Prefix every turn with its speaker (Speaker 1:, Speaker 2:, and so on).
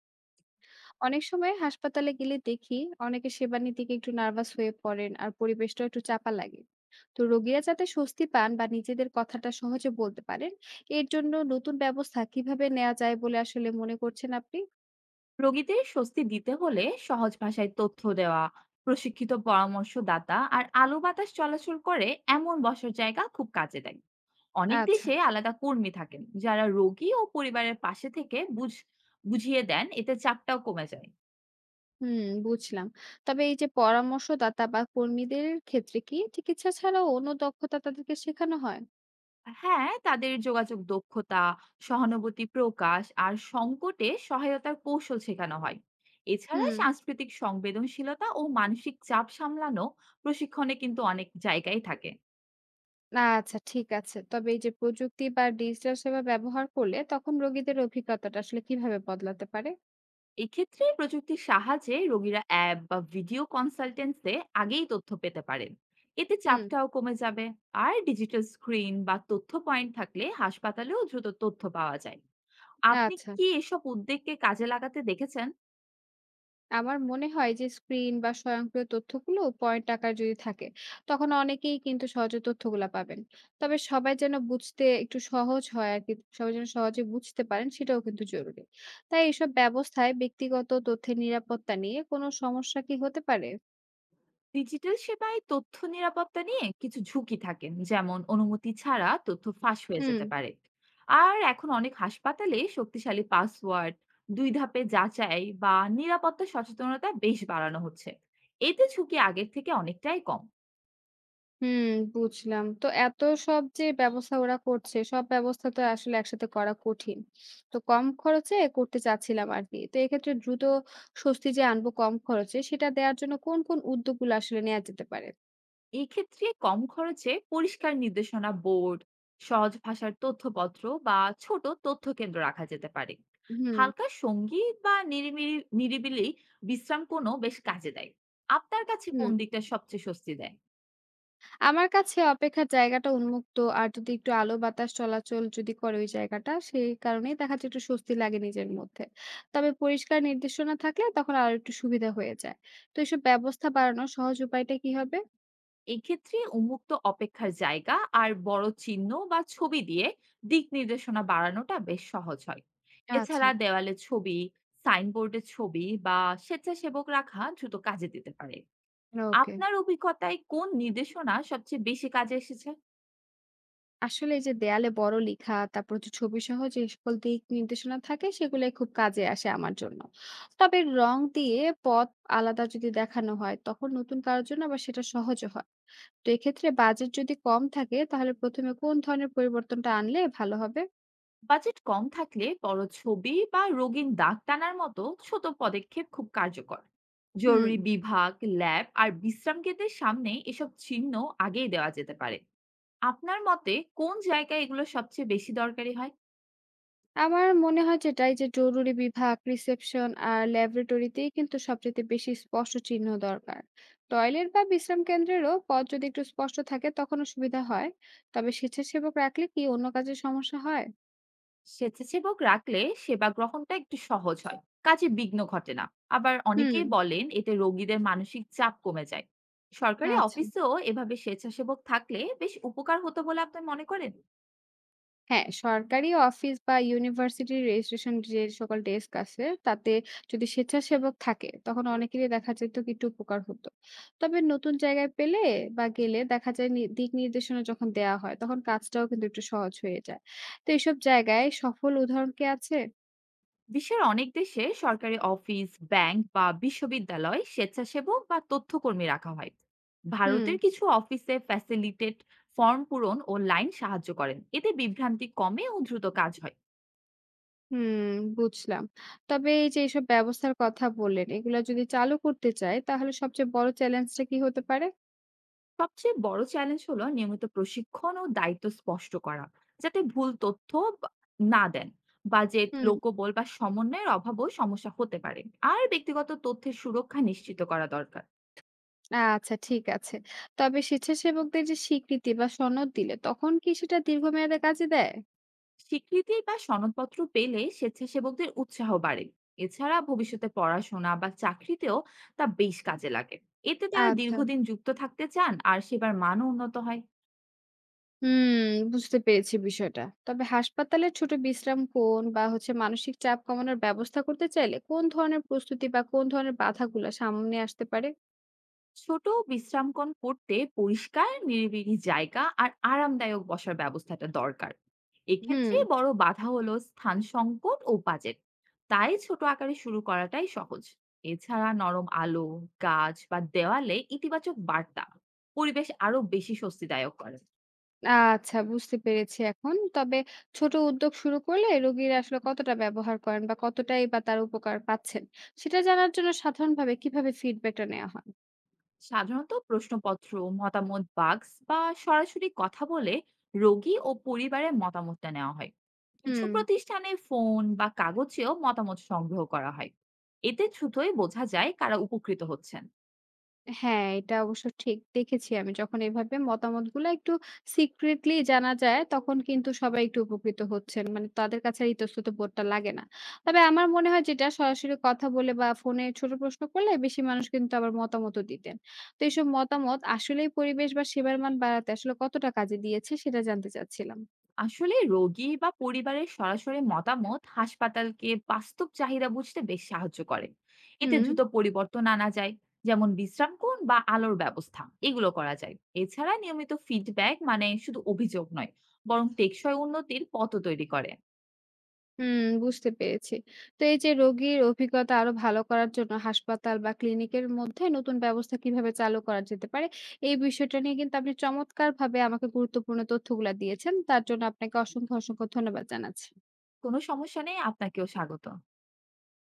Speaker 1: অনেক সময় হাসপাতালে গেলে দেখি অনেকে সেবা নিতে গিয়ে একটু নার্ভাস হয়ে পড়েন আর পরিবেশটা একটু চাপা লাগে। তো রোগীরা যাতে স্বস্তি পান বা নিজেদের কথাটা সহজে বলতে পারেন এর জন্য নতুন ব্যবস্থা কিভাবে নেওয়া যায় বলে আসলে মনে করছেন আপনি?
Speaker 2: রোগীদের স্বস্তি দিতে হলে সহজ ভাষায় তথ্য দেওয়া, প্রশিক্ষিত পরামর্শদাতা আর আলো বাতাস চলাচল করে এমন বসার জায়গা খুব কাজে দেয়। অনেক
Speaker 1: আচ্ছা।
Speaker 2: দেশে আলাদা কর্মী থাকেন যারা রোগী ও পরিবারের পাশে থেকে বুঝিয়ে দেন, এতে চাপটাও কমে যায়।
Speaker 1: হুম, বুঝলাম। তবে এই যে পরামর্শদাতা বা কর্মীদের ক্ষেত্রে কি চিকিৎসা ছাড়াও অন্য দক্ষতা তাদেরকে শেখানো হয়?
Speaker 2: হ্যাঁ, তাদের যোগাযোগ দক্ষতা, সহানুভূতি প্রকাশ আর সংকটে সহায়তার কৌশল শেখানো হয়। এছাড়া
Speaker 1: হুম।
Speaker 2: সাংস্কৃতিক সংবেদনশীলতা ও মানসিক চাপ সামলানো প্রশিক্ষণে কিন্তু অনেক জায়গায় থাকে।
Speaker 1: আচ্ছা, ঠিক আছে। তবে এই যে প্রযুক্তি বা ডিজিটাল সেবা ব্যবহার করলে তখন রোগীদের অভিজ্ঞতাটা আসলে কিভাবে বদলাতে পারে?
Speaker 2: এক্ষেত্রে প্রযুক্তির সাহায্যে রোগীরা অ্যাপ বা ভিডিও কনসালটেন্সে আগেই তথ্য পেতে পারেন, এতে
Speaker 1: হুম।
Speaker 2: চাপটাও কমে যাবে। আর ডিজিটাল স্ক্রিন বা তথ্য পয়েন্ট থাকলে হাসপাতালেও দ্রুত তথ্য পাওয়া যায়। আপনি
Speaker 1: আচ্ছা।
Speaker 2: কি এসব উদ্যোগকে কাজে লাগাতে দেখেছেন?
Speaker 1: আমার মনে হয় যে স্ক্রিন বা স্বয়ংক্রিয় তথ্যগুলো পয়েন্ট আকারে যদি থাকে, তখন অনেকেই কিন্তু সহজে তথ্যগুলা পাবেন। তবে সবাই যেন বুঝতে একটু সহজ হয় আরকি। সবাই যেন সহজে বুঝতে পারেন সেটাও কিন্তু জরুরি। তাই এসব ব্যবস্থায় ব্যক্তিগত তথ্যের নিরাপত্তা নিয়ে কোনো সমস্যা কি হতে পারে?
Speaker 2: ডিজিটাল সেবায় তথ্য নিরাপত্তা নিয়ে কিছু ঝুঁকি থাকেন, যেমন অনুমতি ছাড়া তথ্য ফাঁস হয়ে
Speaker 1: হুম।
Speaker 2: যেতে পারে। আর এখন অনেক হাসপাতালে শক্তিশালী পাসওয়ার্ড, দুই ধাপে যাচাই বা নিরাপত্তা সচেতনতা বেশ বাড়ানো হচ্ছে। এতে ঝুঁকি আগের থেকে অনেকটাই কম।
Speaker 1: হুম, বুঝলাম। তো এত সব যে ব্যবস্থা ওরা করছে, সব ব্যবস্থা তো আসলে একসাথে করা কঠিন। তো কম খরচে করতে চাচ্ছিলাম আরকি। তো এক্ষেত্রে দ্রুত স্বস্তি যে আনবো কম খরচে, সেটা দেয়ার জন্য কোন উদ্যোগগুলো আসলে নেয়া যেতে পারে?
Speaker 2: এক্ষেত্রে কম খরচে পরিষ্কার নির্দেশনা বোর্ড, সহজ ভাষার তথ্যপত্র বা ছোট তথ্য কেন্দ্র রাখা যেতে পারে।
Speaker 1: হুম,
Speaker 2: হালকা সঙ্গীত বা নিরিবিলি নিরিবিলি বিশ্রাম কোনো বেশ কাজে দেয়। আপনার কাছে কোন
Speaker 1: হুম।
Speaker 2: দিকটা সবচেয়ে স্বস্তি দেয়?
Speaker 1: আমার কাছে অপেক্ষার জায়গাটা উন্মুক্ত আর যদি একটু আলো বাতাস চলাচল যদি করে ওই জায়গাটা, সেই কারণেই দেখা যাচ্ছে একটু স্বস্তি লাগে নিজের মধ্যে। তবে পরিষ্কার নির্দেশনা থাকলে তখন আরো একটু সুবিধা হয়ে যায়। তো এসব ব্যবস্থা বাড়ানোর সহজ উপায়টা কি হবে?
Speaker 2: এক্ষেত্রে উন্মুক্ত অপেক্ষার জায়গা আর বড় চিহ্ন বা ছবি দিয়ে দিক নির্দেশনা বাড়ানোটা বেশ সহজ হয়।
Speaker 1: আচ্ছা।
Speaker 2: এছাড়া দেওয়ালে ছবি, সাইনবোর্ডে ছবি বা স্বেচ্ছাসেবক রাখা দ্রুত কাজে দিতে পারে।
Speaker 1: ওকে।
Speaker 2: আপনার অভিজ্ঞতায় কোন নির্দেশনা সবচেয়ে বেশি কাজে এসেছে?
Speaker 1: আসলে এই যে দেয়ালে বড় লেখা, তারপর হচ্ছে ছবি সহ যে সকল দিক নির্দেশনা থাকে সেগুলাই খুব কাজে আসে আমার জন্য। তবে রং দিয়ে পথ আলাদা যদি দেখানো হয় তখন নতুন কারোর জন্য আবার সেটা সহজও হয়। তো এক্ষেত্রে বাজেট যদি কম থাকে তাহলে ১ম এ কোন ধরনের পরিবর্তনটা আনলে ভালো হবে?
Speaker 2: বাজেট কম থাকলে বড় ছবি বা রঙিন দাগ টানার মতো ছোট পদক্ষেপ খুব কার্যকর।
Speaker 1: হুম।
Speaker 2: জরুরি বিভাগ, ল্যাব আর বিশ্রাম কেন্দ্রের সামনে এসব চিহ্ন আগেই দেওয়া যেতে পারে। আপনার মতে কোন জায়গায় এগুলো সবচেয়ে বেশি দরকারি হয়?
Speaker 1: আমার মনে হয় যেটা এই যে জরুরি বিভাগ, রিসেপশন আর ল্যাবরেটরিতেই কিন্তু সবচেয়ে বেশি স্পষ্ট চিহ্ন দরকার। টয়লেট বা বিশ্রাম কেন্দ্রেরও পথ যদি একটু স্পষ্ট থাকে তখনও সুবিধা হয়। তবে স্বেচ্ছাসেবক রাখলে কি অন্য কাজে সমস্যা হয়?
Speaker 2: স্বেচ্ছাসেবক রাখলে সেবা গ্রহণটা একটু সহজ হয়, কাজে বিঘ্ন ঘটে না। আবার
Speaker 1: হুম,
Speaker 2: অনেকেই বলেন এতে রোগীদের মানসিক চাপ কমে যায়। সরকারি
Speaker 1: আচ্ছা।
Speaker 2: অফিসেও এভাবে স্বেচ্ছাসেবক থাকলে বেশ উপকার হতো বলে আপনি মনে করেন?
Speaker 1: হ্যাঁ, সরকারি অফিস বা ইউনিভার্সিটির রেজিস্ট্রেশন যে সকল ডেস্ক আছে, তাতে যদি স্বেচ্ছাসেবক থাকে, তখন অনেকেরই দেখা যেত কি একটু উপকার হতো। তবে নতুন জায়গায় পেলে বা গেলে দেখা যায় নি দিক নির্দেশনা যখন দেয়া হয়, তখন কাজটাও কিন্তু একটু সহজ হয়ে যায়। তো এইসব জায়গায় সফল উদাহরণ কি আছে?
Speaker 2: বিশ্বের অনেক দেশে সরকারি অফিস, ব্যাংক বা বিশ্ববিদ্যালয় স্বেচ্ছাসেবক বা তথ্যকর্মী রাখা হয়।
Speaker 1: হুম,
Speaker 2: ভারতের কিছু অফিসে ফ্যাসিলিটেট ফর্ম পূরণ ও লাইন সাহায্য করেন, এতে বিভ্রান্তি কমে ও দ্রুত কাজ হয়।
Speaker 1: হুম, বুঝলাম। তবে এই যে এইসব ব্যবস্থার কথা বললেন, এগুলা যদি চালু করতে চাই, তাহলে সবচেয়ে বড় চ্যালেঞ্জটা কি হতে পারে?
Speaker 2: সবচেয়ে বড় চ্যালেঞ্জ হলো নিয়মিত প্রশিক্ষণ ও দায়িত্ব স্পষ্ট করা, যাতে ভুল তথ্য বা- না দেন। বাজেট,
Speaker 1: হুম।
Speaker 2: লোকবল বা সমন্বয়ের অভাবও সমস্যা হতে পারে। আর ব্যক্তিগত তথ্যের সুরক্ষা নিশ্চিত করা দরকার।
Speaker 1: আচ্ছা, ঠিক আছে। তবে স্বেচ্ছাসেবকদের যে স্বীকৃতি বা সনদ দিলে তখন কি সেটা দীর্ঘমেয়াদে কাজে দেয়?
Speaker 2: স্বীকৃতি বা সনদপত্র পেলে স্বেচ্ছাসেবকদের উৎসাহ বাড়ে। এছাড়া ভবিষ্যতে পড়াশোনা বা চাকরিতেও তা বেশ কাজে লাগে। এতে তারা
Speaker 1: আচ্ছা।
Speaker 2: দীর্ঘদিন যুক্ত থাকতে চান আর সেবার মানও উন্নত হয়।
Speaker 1: হুম, বুঝতে পেরেছি বিষয়টা। তবে হাসপাতালে ছোট বিশ্রাম কোণ বা হচ্ছে মানসিক চাপ কমানোর ব্যবস্থা করতে চাইলে কোন ধরনের প্রস্তুতি বা কোন ধরনের বাধাগুলা সামনে আসতে পারে?
Speaker 2: ছোট বিশ্রামকণ করতে পরিষ্কার নিরিবিলি জায়গা আর আরামদায়ক বসার ব্যবস্থাটা দরকার।
Speaker 1: হুম,
Speaker 2: এক্ষেত্রে বড় বাধা হলো স্থান সংকট ও বাজেট, তাই ছোট আকারে শুরু করাটাই সহজ। এছাড়া নরম আলো, গাছ বা দেওয়ালে ইতিবাচক বার্তা পরিবেশ আরো বেশি স্বস্তিদায়ক করে।
Speaker 1: আচ্ছা, বুঝতে পেরেছি এখন। তবে ছোট উদ্যোগ শুরু করলে রোগীরা আসলে কতটা ব্যবহার করেন বা কতটাই বা তার উপকার পাচ্ছেন, সেটা জানার জন্য সাধারণভাবে কিভাবে ফিডব্যাকটা নেওয়া হয়?
Speaker 2: সাধারণত প্রশ্নপত্র, মতামত বাক্স বা সরাসরি কথা বলে রোগী ও পরিবারের মতামতটা নেওয়া হয়। কিছু
Speaker 1: হুম।
Speaker 2: প্রতিষ্ঠানে ফোন বা কাগজেও মতামত সংগ্রহ করা হয়। এতে দ্রুতই বোঝা যায় কারা উপকৃত হচ্ছেন।
Speaker 1: হ্যাঁ, এটা অবশ্য ঠিক দেখেছি আমি। যখন এভাবে মতামতগুলা একটু সিক্রেটলি জানা যায়, তখন কিন্তু সবাই একটু উপকৃত হচ্ছেন। মানে তাদের কাছে আর ইতস্তত বোধটা লাগে না। তবে আমার মনে হয় যেটা সরাসরি কথা বলে বা ফোনে ছোট প্রশ্ন করলে বেশি মানুষ কিন্তু আবার মতামতও দিতেন। তো এইসব মতামত আসলেই পরিবেশ বা সেবার মান বাড়াতে আসলে কতটা কাজে দিয়েছে সেটা জানতে চাচ্ছিলাম।
Speaker 2: আসলে রোগী বা পরিবারের সরাসরি মতামত হাসপাতালকে বাস্তব চাহিদা বুঝতে বেশ সাহায্য করে। এতে
Speaker 1: হুম।
Speaker 2: দ্রুত পরিবর্তন আনা যায়, যেমন বিশ্রাম কোণ বা আলোর ব্যবস্থা এগুলো করা যায়। এছাড়া নিয়মিত ফিডব্যাক মানে শুধু অভিযোগ নয়, বরং টেকসই উন্নতির পথ তৈরি করে।
Speaker 1: হুম, বুঝতে পেরেছি। তো এই যে রোগীর অভিজ্ঞতা আরো ভালো করার জন্য হাসপাতাল বা ক্লিনিকের মধ্যে নতুন ব্যবস্থা কিভাবে চালু করা যেতে পারে, এই বিষয়টা নিয়ে কিন্তু আপনি চমৎকারভাবে আমাকে গুরুত্বপূর্ণ তথ্যগুলা দিয়েছেন। তার জন্য আপনাকে অসংখ্য ধন্যবাদ জানাচ্ছি।
Speaker 2: কোনো সমস্যা নেই, আপনাকেও স্বাগত।